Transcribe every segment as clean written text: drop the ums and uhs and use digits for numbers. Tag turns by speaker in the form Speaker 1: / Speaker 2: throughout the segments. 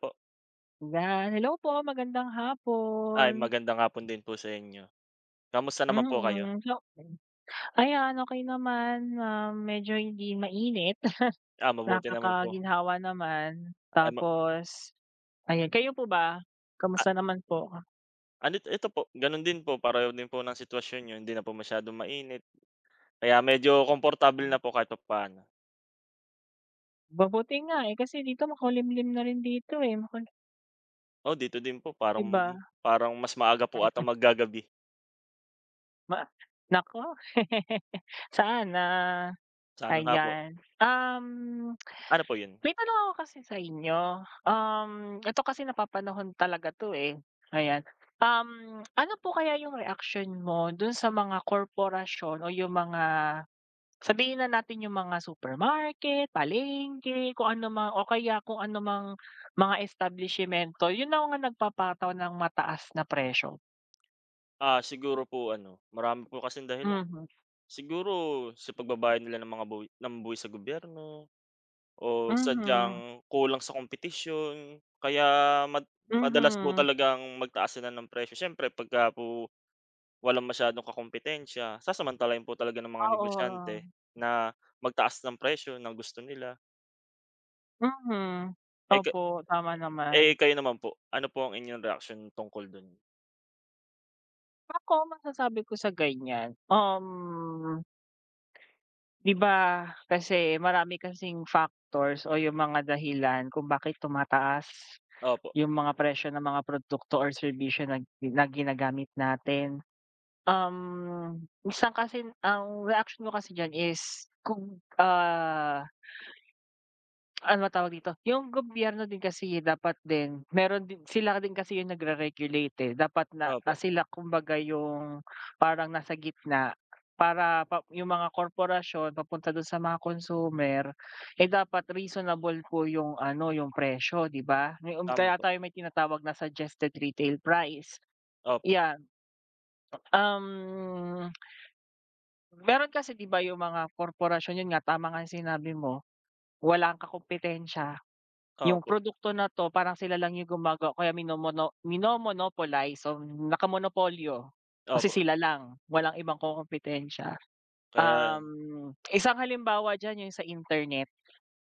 Speaker 1: Po.
Speaker 2: Hello po, magandang
Speaker 1: Ay,
Speaker 2: hapon.
Speaker 1: magandang hapon din po sa inyo. Kamusta naman po kayo?
Speaker 2: Mm, so Okey naman, medyo hindi mainit,
Speaker 1: Ah, mabuti naman po.
Speaker 2: nakakaginhawa naman.
Speaker 1: Ah, ma
Speaker 2: Tapos ayan, kayo po ba,
Speaker 1: ah,
Speaker 2: kamusta naman po?
Speaker 1: ano ito po, gano'n din po, pareho din po ng sitwasyon niyo, hindi na po masyadong mainit. Kaya medyo komportable na po kahit papaano.
Speaker 2: Mabuti nga, eh, kasi dito makulimlim na rin dito, eh,
Speaker 1: Oh, dito din po
Speaker 2: 'di
Speaker 1: parang
Speaker 2: ba?
Speaker 1: parang mas maaga po atang maggagabi.
Speaker 2: Ma Naku, sana,
Speaker 1: Sana nga po.
Speaker 2: ayan. Um
Speaker 1: Ano po 'yun?
Speaker 2: May tanong ako kasi sa inyo. Ito kasi napapanahon talaga 'to, eh, ayan. Ano po kaya yung reaction mo dun sa mga korporasyon o yung mga sabihin na natin yung mga supermarket, palengke, kung ano mang o kaya kung ano mang mga establishimento, yun na nga nagpapataw ng mataas na presyo?
Speaker 1: Ah, siguro po ano, marami po kasing dahilan.
Speaker 2: Mhm,
Speaker 1: Siguro sa pagbabayad nila ng mga buwi ng buwis sa gobyerno. O
Speaker 2: mhm,
Speaker 1: sadyang kulang sa kompetisyon kaya mad madalas po
Speaker 2: mhm.
Speaker 1: talagang magtaas sila ng presyo, siyempre pagka po walang masyadong kakumpetensya, sasamantalahin po talaga ng mga
Speaker 2: Oo,
Speaker 1: negosyante na magtaas ng presyo ng gusto nila.
Speaker 2: mhm.
Speaker 1: Eh, ka
Speaker 2: Opo, tama
Speaker 1: eh,
Speaker 2: naman.
Speaker 1: kayo naman po, ano po ang inyong reaction tungkol dun?
Speaker 2: Ako masasabi ko sa ganyan, 'di ba kasi marami kasing factors o yung mga dahilan kung bakit tumataas
Speaker 1: Opo,
Speaker 2: yung mga presyo ng mga produkto or serbisyo na na ginagamit natin. Isang kasi ang reaksyon ko kasi diyan is kung, ano tawag dito, yung gobyerno din kasi dapat din meron din sila din kasi yung nagre-regulate, eh, dapat na,
Speaker 1: opo,
Speaker 2: sila kumbaga yung parang nasa gitna para pa yung mga korporasyon papunta dun sa mga consumer, eh, dapat reasonable po yung ano, yung presyo, 'di ba? Yung
Speaker 1: tama
Speaker 2: kaya
Speaker 1: po.
Speaker 2: tayo may tinatawag na suggested retail price,
Speaker 1: Opo,
Speaker 2: 'yan. Um, Meron kasi 'di ba yung mga korporasyon, yun nga, tama nga yung sinabi mo, walang kakumpetensya. Yung
Speaker 1: opo,
Speaker 2: produkto na 'to parang sila lang yung gumagawa kaya mino-monopolize so nakamonopolyo. Kasi
Speaker 1: opo.
Speaker 2: sila lang, walang ibang kokompetensya.
Speaker 1: Kaya
Speaker 2: Um, Isang halimbawa diyan yung sa internet,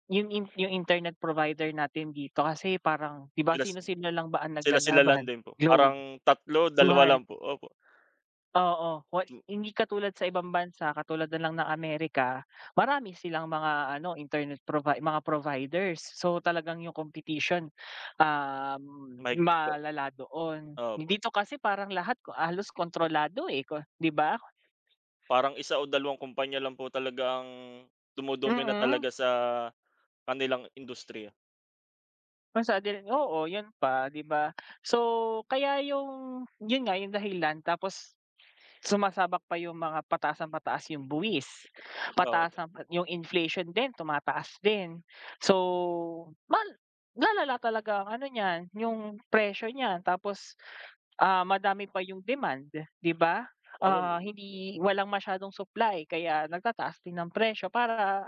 Speaker 2: yung internet provider natin dito kasi parang 'di ba
Speaker 1: sila
Speaker 2: sino-sino lang ba ang
Speaker 1: sila-sila lang
Speaker 2: naglalaban?
Speaker 1: din po,
Speaker 2: Globe,
Speaker 1: parang tatlo dalawa
Speaker 2: Smart.
Speaker 1: lang po, opo.
Speaker 2: Oo,
Speaker 1: M
Speaker 2: hindi katulad sa ibang bansa katulad na lang ng Amerika, marami silang mga ano internet provi mga providers. So, talagang yung competition, um,
Speaker 1: Mahigpit po,
Speaker 2: malala doon.
Speaker 1: opo.
Speaker 2: Dito kasi parang lahat ko halos kontrolado, eh, 'di ba?
Speaker 1: Parang isa o dalawang kumpanya lang po talaga ang dumodomina talaga
Speaker 2: Mm,
Speaker 1: sa kanilang industriya.
Speaker 2: Basta din oo, yun pa, 'di ba? So, kaya yun nga yung dahilan, tapos sumasabak pa yung mga pataas nang pataas yung buwis, pataas
Speaker 1: Opo,
Speaker 2: ang yung inflation din tumataas din. So, mal lalala talaga ang ano niyan, yung presyo niyan, tapos, madami pa yung demand, 'di ba?
Speaker 1: opo,
Speaker 2: Ah, hindi Walang masyadong supply kaya nagtataas din ng presyo para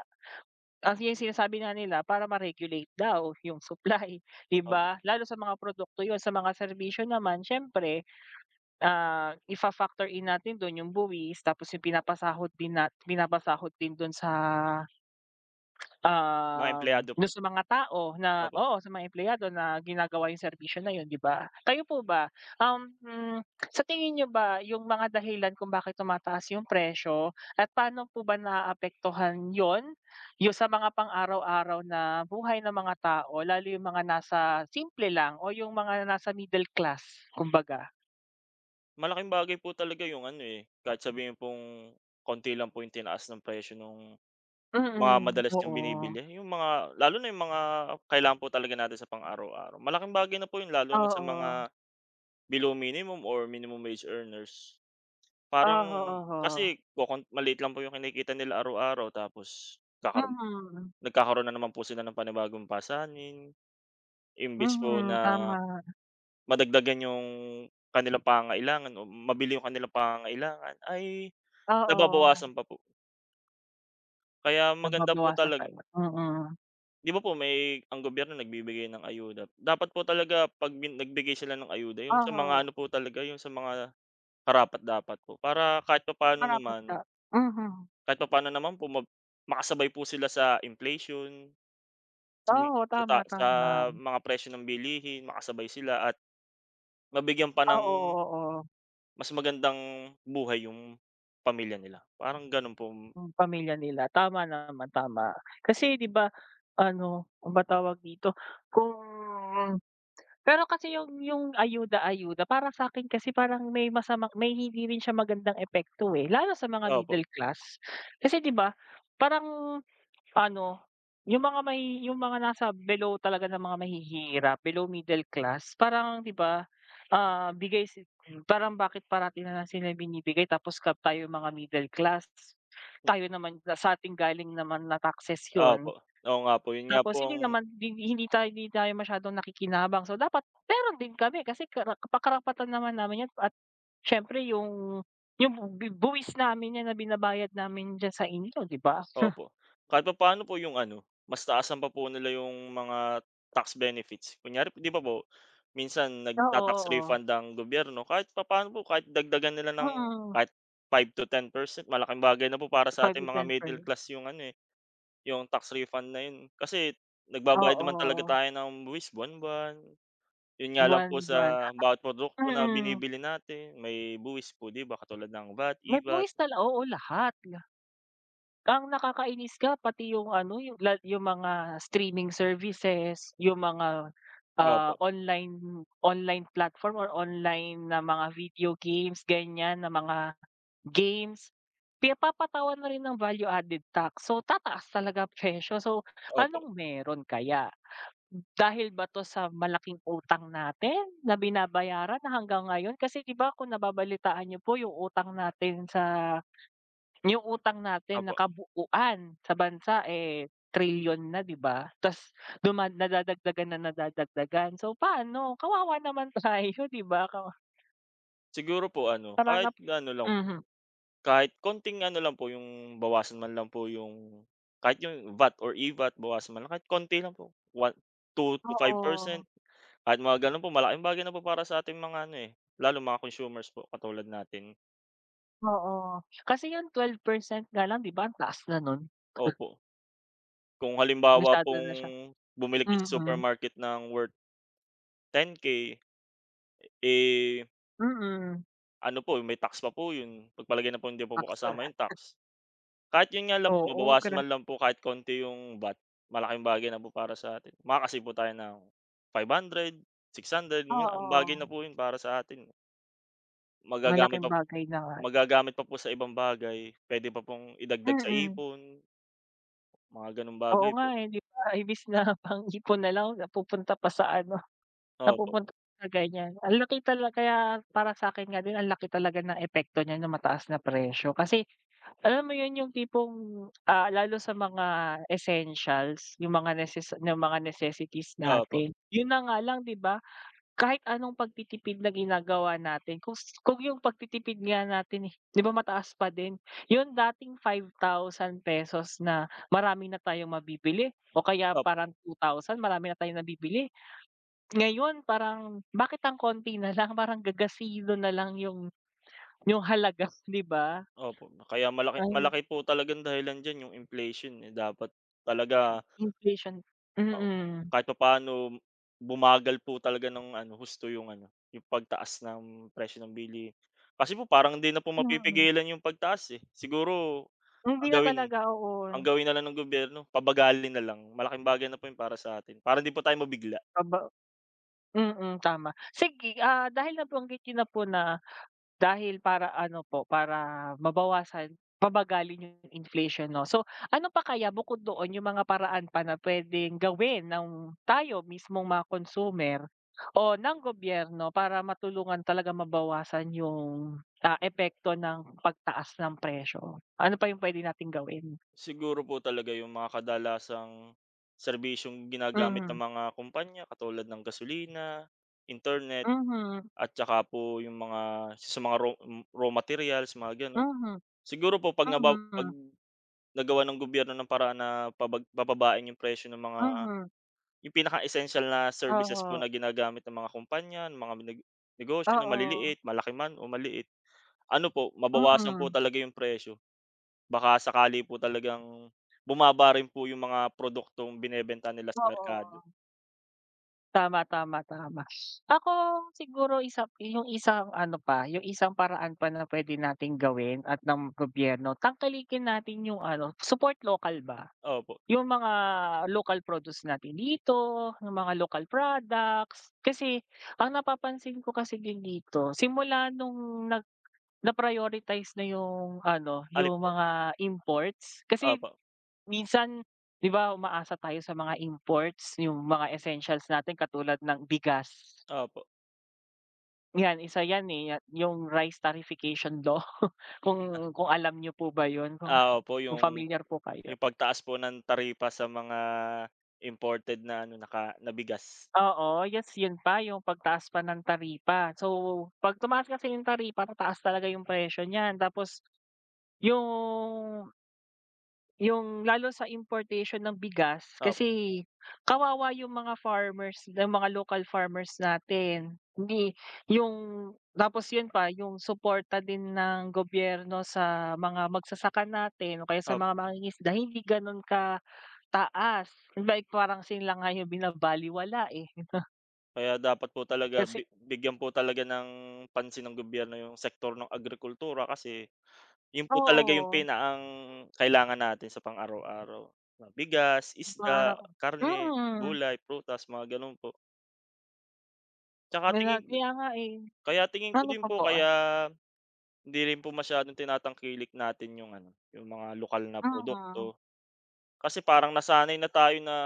Speaker 2: yung sinasabi nga nila, para ma-regulate daw yung supply, 'di
Speaker 1: opo,
Speaker 2: ba? Lalo sa mga produkto yun, sa mga serbisyo naman siyempre, ifa-factor in natin dun yung buwis, tapos yung pinapasahod din dun sa,
Speaker 1: mga empleyado po,
Speaker 2: dun sa mga tao na
Speaker 1: opo.
Speaker 2: oo, sa mga empleyado na ginagawa yung serbisyo na yun, 'di ba? Kayo po ba, um, hmm, sa tingin niyo ba yung mga dahilan kung bakit tumataas yung presyo at paano po ba naaapektuhan yon yung sa mga pang-araw-araw na buhay ng mga tao, lalo yung mga nasa simple lang o yung mga nasa middle class kumbaga?
Speaker 1: Malaking bagay po talaga yung ano, eh, kahit sabihin pong konti lang po yung tinaas ng presyo nung
Speaker 2: Mm,
Speaker 1: mga
Speaker 2: mm,
Speaker 1: madalas yung
Speaker 2: oo.
Speaker 1: binibili, yung mga lalo na yung mga kailangan po talaga natin sa pang-araw-araw. Malaking bagay na po yun lalo na sa
Speaker 2: Oo.
Speaker 1: mga below minimum or minimum wage earners. Parang
Speaker 2: Oho, oho.
Speaker 1: kasi maliit lang po yung kinikita nila araw-araw, tapos kakaroon
Speaker 2: Mm.
Speaker 1: Nagkakaroon na naman po sila ng panibagong pasanin, imbes po
Speaker 2: Mm,
Speaker 1: na
Speaker 2: tama.
Speaker 1: madagdagan yung kanilang pangangailangan o mabili yung kanilang pangangailangan, ay
Speaker 2: Oo,
Speaker 1: nababawasan pa po. Kaya maganda po
Speaker 2: nababawasan
Speaker 1: talaga,
Speaker 2: tayo, mm.
Speaker 1: 'di ba po, ang gobyerno nagbibigay ng ayuda, dapat po talaga 'pag nagbigay sila ng ayuda yung sa mga
Speaker 2: Oho,
Speaker 1: ano po talaga, yung sa mga karapat-dapat po. Para kahit papaano
Speaker 2: marapat ka.
Speaker 1: naman,
Speaker 2: Mhm.
Speaker 1: kahit papaano naman po makasabay po sila sa inflation, sa mga
Speaker 2: Oo, tama,
Speaker 1: sa
Speaker 2: tama.
Speaker 1: mga presyo ng bilihin, makasabay sila at mabigyan pa ng
Speaker 2: Oo, oo,
Speaker 1: mas magandang buhay yung pamilya nila, parang gano'n po, mm,
Speaker 2: yung pamilya nila. Tama naman, tama. Kasi 'di ba ano, ano bang tawag dito, kung Pero kasi yung ayuda-ayuda para sa'kin kasi parang may masama, may hindi rin siya magandang epekto, eh, lalo sa mga
Speaker 1: opo,
Speaker 2: middle class. Kasi 'di ba, parang ano, yung mga nasa below talaga ng mga mahihirap, below middle class, parang 'di ba, ah, bigay si parang bakit parati na lang sila binibigay, tapos ka tayo mga middle class, tayo naman sa atin galing naman na taxes yun.
Speaker 1: opo. Oo nga po, yun nga po
Speaker 2: Tapos hindi
Speaker 1: ang
Speaker 2: naman din hindi tayo masyadong nakikinabang. So, dapat meron din kami, kasi karapatan naman namin 'yan at siyempre yung bu buwis namin 'yan na binabayad namin diyan sa inyo, 'di ba?
Speaker 1: opo. Kahit papaano po yung ano, mas taasan pa po nila yung mga tax benefits. Kunyari 'di ba po, minsan
Speaker 2: Oo,
Speaker 1: nagta-tax
Speaker 2: oo.
Speaker 1: refund ang gobyerno, kahit papaano po, kahit dagdagan nila ng
Speaker 2: Mm.
Speaker 1: kahit 5 to 10%, malaking bagay na po para sa
Speaker 2: 5
Speaker 1: ating
Speaker 2: to
Speaker 1: mga
Speaker 2: ten
Speaker 1: middle class yung ano, eh, yung tax refund na yun. Kasi nagbabayad naman talaga
Speaker 2: oo,
Speaker 1: tayo ng buwis buwan-buwan. Yun nga lang po,
Speaker 2: buwan-buwan.
Speaker 1: sa bawat produkto na
Speaker 2: Mm.
Speaker 1: binibili natin may buwis po, 'di ba, katulad ng VAT,
Speaker 2: May
Speaker 1: EVAT.
Speaker 2: buwis tala Oo, lahat. Ang nakakainis ka pati yung ano, yung mga streaming services, yung mga,
Speaker 1: Opo,
Speaker 2: online online platform or online na mga video games ganyan, na mga games, pinapapatawan na rin ng value added tax. So, tataas talaga presyo. So,
Speaker 1: opo,
Speaker 2: anong meron kaya? Dahil ba 'to sa malaking utang natin na binabayaran na hanggang ngayon? Kasi 'di ba kung nababalitaan niyo po yung utang natin sa yung utang natin
Speaker 1: opo.
Speaker 2: nakabuuan sa bansa, eh, trilyon na, 'di ba? Tapos nadadagdagan nang nadadagdagan. So, paano, kawawa naman tayo, 'di ba? Kawa
Speaker 1: Siguro po ano,
Speaker 2: tara nap
Speaker 1: ano lang,
Speaker 2: Mhm,
Speaker 1: kahit konting ano lang po yung bawasan man lang po yung kahit yung VAT or EVAT, bawasan man lang kahit konti lang po, one two to 5%.
Speaker 2: oo,
Speaker 1: Kahit mga gano'n po, malaking bagay na po para sa ating mga ano, eh, lalo mga consumers po katulad natin.
Speaker 2: oo. Kasi yung 12% nga lang 'di ba ang taas na nun?
Speaker 1: Opo, kung halimbawa
Speaker 2: Masyado
Speaker 1: pong
Speaker 2: na siya
Speaker 1: bumili kayo sa
Speaker 2: Mm,
Speaker 1: supermarket ng worth 10K, eh.
Speaker 2: mm.
Speaker 1: Ano po, may tax pa po 'yun, pagpalagay na po hindi pa po
Speaker 2: Actual
Speaker 1: kasama 'yung tax. Kahit 'yun nga lang po,
Speaker 2: Oo,
Speaker 1: mabawasan man lang po kahit konti 'yung VAT, malaking bagay na po para sa atin. Makakasave po tayo ng 500, 600, 'yung malaking
Speaker 2: oo.
Speaker 1: bagay na po 'yun para sa atin. Magagamit
Speaker 2: Malaking
Speaker 1: pa
Speaker 2: bagay na nga.
Speaker 1: Magagamit pa po sa ibang bagay, puwede pa pong idagdag sa
Speaker 2: Mm,
Speaker 1: ipon, mga gano'ng
Speaker 2: oo
Speaker 1: bagay
Speaker 2: nga,
Speaker 1: po.
Speaker 2: eh, 'di ba imbis na pang-ipon na lang, napupunta pa sa ano,
Speaker 1: Opo,
Speaker 2: napupunta sa ganyan. Ang laki tala kaya para sa'kin, nga din ang laki talaga ng epekto niyan ng mataas na presyo. Kasi alam mo yun yung tipong, lalo sa mga essentials, yung mga necessities
Speaker 1: opo,
Speaker 2: natin. Yun na nga lang 'di ba, kahit anong pagtitipid na ginagawa natin, kung yung pagtitipid nga natin, eh, 'di ba mataas pa din. Yung dating 5,000 pesos na marami na tayong mabibili o kaya
Speaker 1: opo,
Speaker 2: parang 2,000, marami na tayong nabibili. Ngayon parang bakit ang konti na lang, parang gagasilo na lang yung halaga, 'di ba?
Speaker 1: opo. Kaya malaki,
Speaker 2: Ay.
Speaker 1: malaki po talagang dahilan diyan 'yung inflation, eh, dapat talaga.
Speaker 2: Inflation,
Speaker 1: Oo,
Speaker 2: mm,
Speaker 1: kahit papaano bumagal po talaga ng ano, husto yung ano, yung pagtaas ng presyo ng bilihin. Kasi po parang hindi na po
Speaker 2: mm.
Speaker 1: mapipigilan yung pagtaas, eh. Siguro
Speaker 2: Hindi
Speaker 1: ang
Speaker 2: na
Speaker 1: gawin
Speaker 2: talaga,
Speaker 1: ang
Speaker 2: oo.
Speaker 1: gawin na lang ng gobyerno, pabagalin na lang, malaking bagay na po yun para sa atin, para hindi po tayo mabigla.
Speaker 2: Aba mm, tama. Sige, dahil nabanggit niyo na po na dahil para ano po, para mabawasan, pabagalin yung inflation 'no. So, ano pa kaya bukod doon yung mga paraan pa na puwedeng gawin ng tayo mismong mga consumer o ng gobyerno para matulungan talaga mabawasan yung, epekto ng pagtaas ng presyo? Ano pa yung puwede nating gawin?
Speaker 1: Siguro po talaga yung mga kadalasang serbisyong ginagamit ng
Speaker 2: Mhm,
Speaker 1: mga kumpanya katulad ng gasolina, internet,
Speaker 2: mhm,
Speaker 1: at saka po yung mga sa mga raw raw materials, mga gano'n.
Speaker 2: mhm,
Speaker 1: Siguro po 'pag naba 'pag
Speaker 2: mhm,
Speaker 1: Nagawa ng gobyerno ng paraan na pababain yung presyo ng mga
Speaker 2: mhm.
Speaker 1: yung pinaka-essential na services po
Speaker 2: Oho,
Speaker 1: na ginagamit ng mga kumpanya, ng mga negosyo na
Speaker 2: oo,
Speaker 1: maliliit, malaki man o maliit. Ano po, mabawasan po
Speaker 2: mm,
Speaker 1: talaga yung presyo. Baka sakali po talagang bumaba rin po yung mga produktong binebenta nila sa merkado.
Speaker 2: oo. Tama, tama, tama. Ako siguro isa yung isang ano pa, yung isang paraan pa na puwede nating gawin at ng gobyerno, tangkilikin natin yung ano, support local ba.
Speaker 1: Opo.
Speaker 2: Yung mga local produce natin dito, yung mga local products. Kasi ang napapansin ko kasi din dito, simula nung nag na-prioritize na yung ano,
Speaker 1: Alin
Speaker 2: yung
Speaker 1: po?
Speaker 2: mga imports. Kasi
Speaker 1: Opo,
Speaker 2: minsan, 'di ba, umaasa tayo sa mga imports, yung mga essentials natin katulad ng bigas.
Speaker 1: opo.
Speaker 2: 'Yan, isa 'yan, eh, yung rice tarification law, kung alam niyo po ba 'yun,
Speaker 1: Ah, opo,
Speaker 2: kung
Speaker 1: yung
Speaker 2: familiar po kayo?
Speaker 1: yung pagtaas po ng taripa sa mga imported na ano, na bigas.
Speaker 2: Oo, yes, 'yun pa, yung pagtaas pa ng taripa. So, 'pag tumaas kasi yung taripa, tataas talaga yung presyo niyan. Tapos yung yung lalo sa importation ng bigas
Speaker 1: Opo,
Speaker 2: kasi kawawa yung mga farmers, yung mga local farmers natin. Hindi yung Tapos yun pa yung suporta din ng gobyerno sa mga magsasaka natin o kaya sa
Speaker 1: op
Speaker 2: mga mangingisda, hindi ganun ka taas. Like parang sila nga yung binabalewala, eh.
Speaker 1: Kaya dapat po talaga
Speaker 2: Kasi
Speaker 1: bigyan po talaga ng pansin ng gobyerno yung sektor ng agrikultura, kasi yun po talaga yung
Speaker 2: oo,
Speaker 1: pinaang kailangan natin sa pang-araw-araw na bigas, isda,
Speaker 2: parang
Speaker 1: karne,
Speaker 2: mm,
Speaker 1: gulay, prutas, mga gano'n po. Tsaka
Speaker 2: kaya
Speaker 1: tingin
Speaker 2: kaya nga, eh.
Speaker 1: kaya tingin ko
Speaker 2: Ano
Speaker 1: din
Speaker 2: pa
Speaker 1: po,
Speaker 2: po?
Speaker 1: kaya hindi rin po masyadong tinatangkilik natin yung ano, yung mga lokal na
Speaker 2: Mm,
Speaker 1: produkto, kasi parang nasanay na tayo na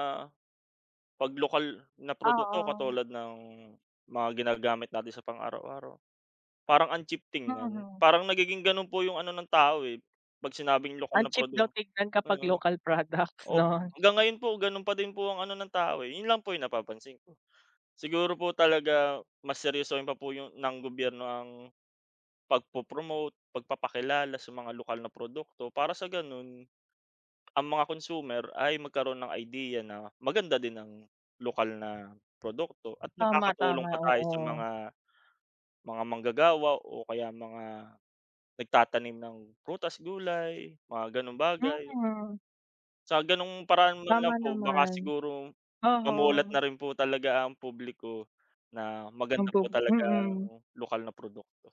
Speaker 1: 'pag lokal na produkto
Speaker 2: oo.
Speaker 1: katulad ng mga ginagamit natin sa pang-araw-araw. Parang ang cheap tingnan.
Speaker 2: Mm.
Speaker 1: Parang nagiging gano'n po yung ano ng tao, eh, 'pag sinabing lokal
Speaker 2: Ang
Speaker 1: na
Speaker 2: cheap
Speaker 1: produ.
Speaker 2: daw tignan kapag
Speaker 1: Mm.
Speaker 2: local products
Speaker 1: Oo, O
Speaker 2: 'no?
Speaker 1: hanggang ngayon po, gano'n pa din po ang ano ng tao, eh. 'Yun lang po yung napapansin ko. Siguro po talaga mas seryosohin pa po yung ng gobyerno ang pagpo-promote, pagpapakilala sa mga lokal na produkto, para sa gano'n, ang mga consumer ay magkaroon ng idea na maganda din ang lokal na produkto, at
Speaker 2: Tama,
Speaker 1: nakakatulong
Speaker 2: tama,
Speaker 1: pa tayo
Speaker 2: oo.
Speaker 1: sa mga manggagawa o kaya mga nagtatanim ng prutas, gulay, mga gano'ng bagay.
Speaker 2: Mm,
Speaker 1: Sa gano'ng paraan man lang
Speaker 2: tama
Speaker 1: po, baka
Speaker 2: naman.
Speaker 1: siguro
Speaker 2: Oo,
Speaker 1: mamulat na rin po talaga ang publiko na maganda
Speaker 2: nagbu
Speaker 1: po talaga
Speaker 2: mm,
Speaker 1: ang lokal na produkto.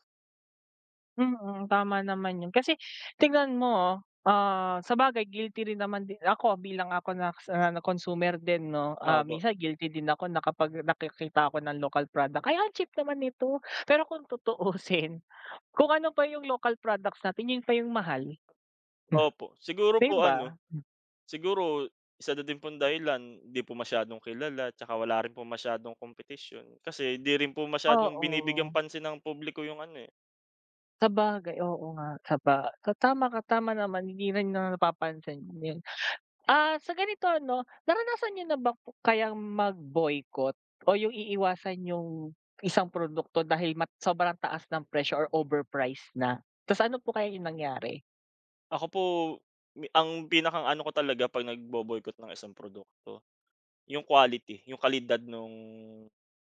Speaker 2: mm, tama naman 'yun. Kasi tingnan mo, sabagay guilty rin naman din ako bilang ako na consumer din 'no,
Speaker 1: Opo,
Speaker 2: minsan guilty din ako na kapag nakikita ako ng local product, "Ay, ang cheap naman nito." Pero kung tutuusin, kung ano pa yung local products natin, 'yun pa yung mahal,
Speaker 1: opo. Siguro
Speaker 2: 'di
Speaker 1: po ano,
Speaker 2: ba?
Speaker 1: siguro isa na din pong dahilan, hindi po masyadong kilala, tsaka wala rin po masyadong kompetisyon. Kasi di rin po masyadong binibigyang
Speaker 2: Oo.
Speaker 1: pansin ng publiko yung ano, eh.
Speaker 2: Sabagay, oo nga, saba ta tama ka, tama naman, hindi rin na napapansin yun. Ah, sa ganito ano, naranasan niyo na ba po kayang mag-boycott o yung iiwasan yung isang produkto dahil sobrang taas ng presyo or overpriced na? Ta's ano po kaya yung nangyari?
Speaker 1: Ako po, ang pinakang ano ko talaga 'pag nagbo-boycott ng isang produkto, yung quality, yung kalidad nung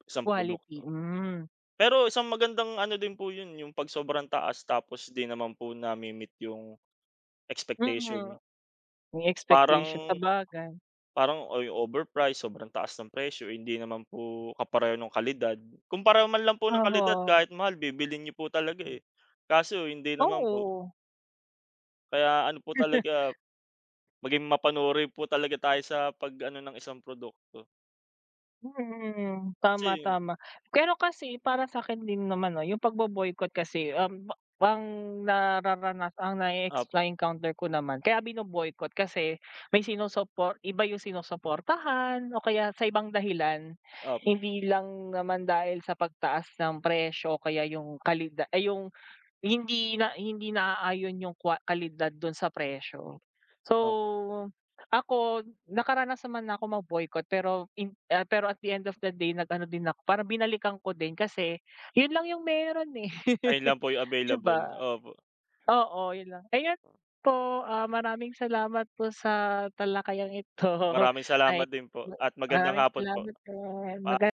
Speaker 1: isang
Speaker 2: Quality,
Speaker 1: produkto.
Speaker 2: hmm. Mm,
Speaker 1: Pero isang magandang ano din po yun, yung 'pag sobrang taas tapos di naman po nami-meet yung expectation.
Speaker 2: mm-hmm. Yung
Speaker 1: Parang
Speaker 2: expectation, sabagay.
Speaker 1: parang o overprice, sobrang taas ng presyo, eh, hindi naman po kapareho ng kalidad. Kung pareho man lang po ng kalidad,
Speaker 2: Oo,
Speaker 1: kahit mahal, bibilhin niyo po talaga, eh. Kaso hindi naman po.
Speaker 2: oo.
Speaker 1: Kaya ano po talaga, maging mapanuri po talaga tayo sa pag-ano ng isang produkto.
Speaker 2: Mm,
Speaker 1: Kasi
Speaker 2: tama, tama. Pero kasi para sa akin din naman 'no, yung pagbo-boycott kasi, ba ang nararanas ang na-eex
Speaker 1: opo,
Speaker 2: na-encounter ko naman kaya bino-boycott kasi may sinusupor iba yung sinusuportahan o kaya sa ibang dahilan.
Speaker 1: opo,
Speaker 2: Hindi lang naman dahil sa pagtaas ng presyo o kaya yung kalida ay yung hindi naaayon yung kalidad dun sa presyo.
Speaker 1: opo.
Speaker 2: So, ako nakaranas naman na ako mag-boycott pero pero at the end of the day nag-ano din ako, parang binalikan ko din kasi yun lang yung meron, eh,
Speaker 1: Ayun lang po yung
Speaker 2: 'di ba?
Speaker 1: available, opo.
Speaker 2: Oo, yun lang. Ayan po, ah, maraming salamat po sa talakayang ito.
Speaker 1: Maraming
Speaker 2: Ay,
Speaker 1: salamat din po
Speaker 2: ma
Speaker 1: at magandang
Speaker 2: maraming
Speaker 1: hapon po.
Speaker 2: salamat din.
Speaker 1: Paalam.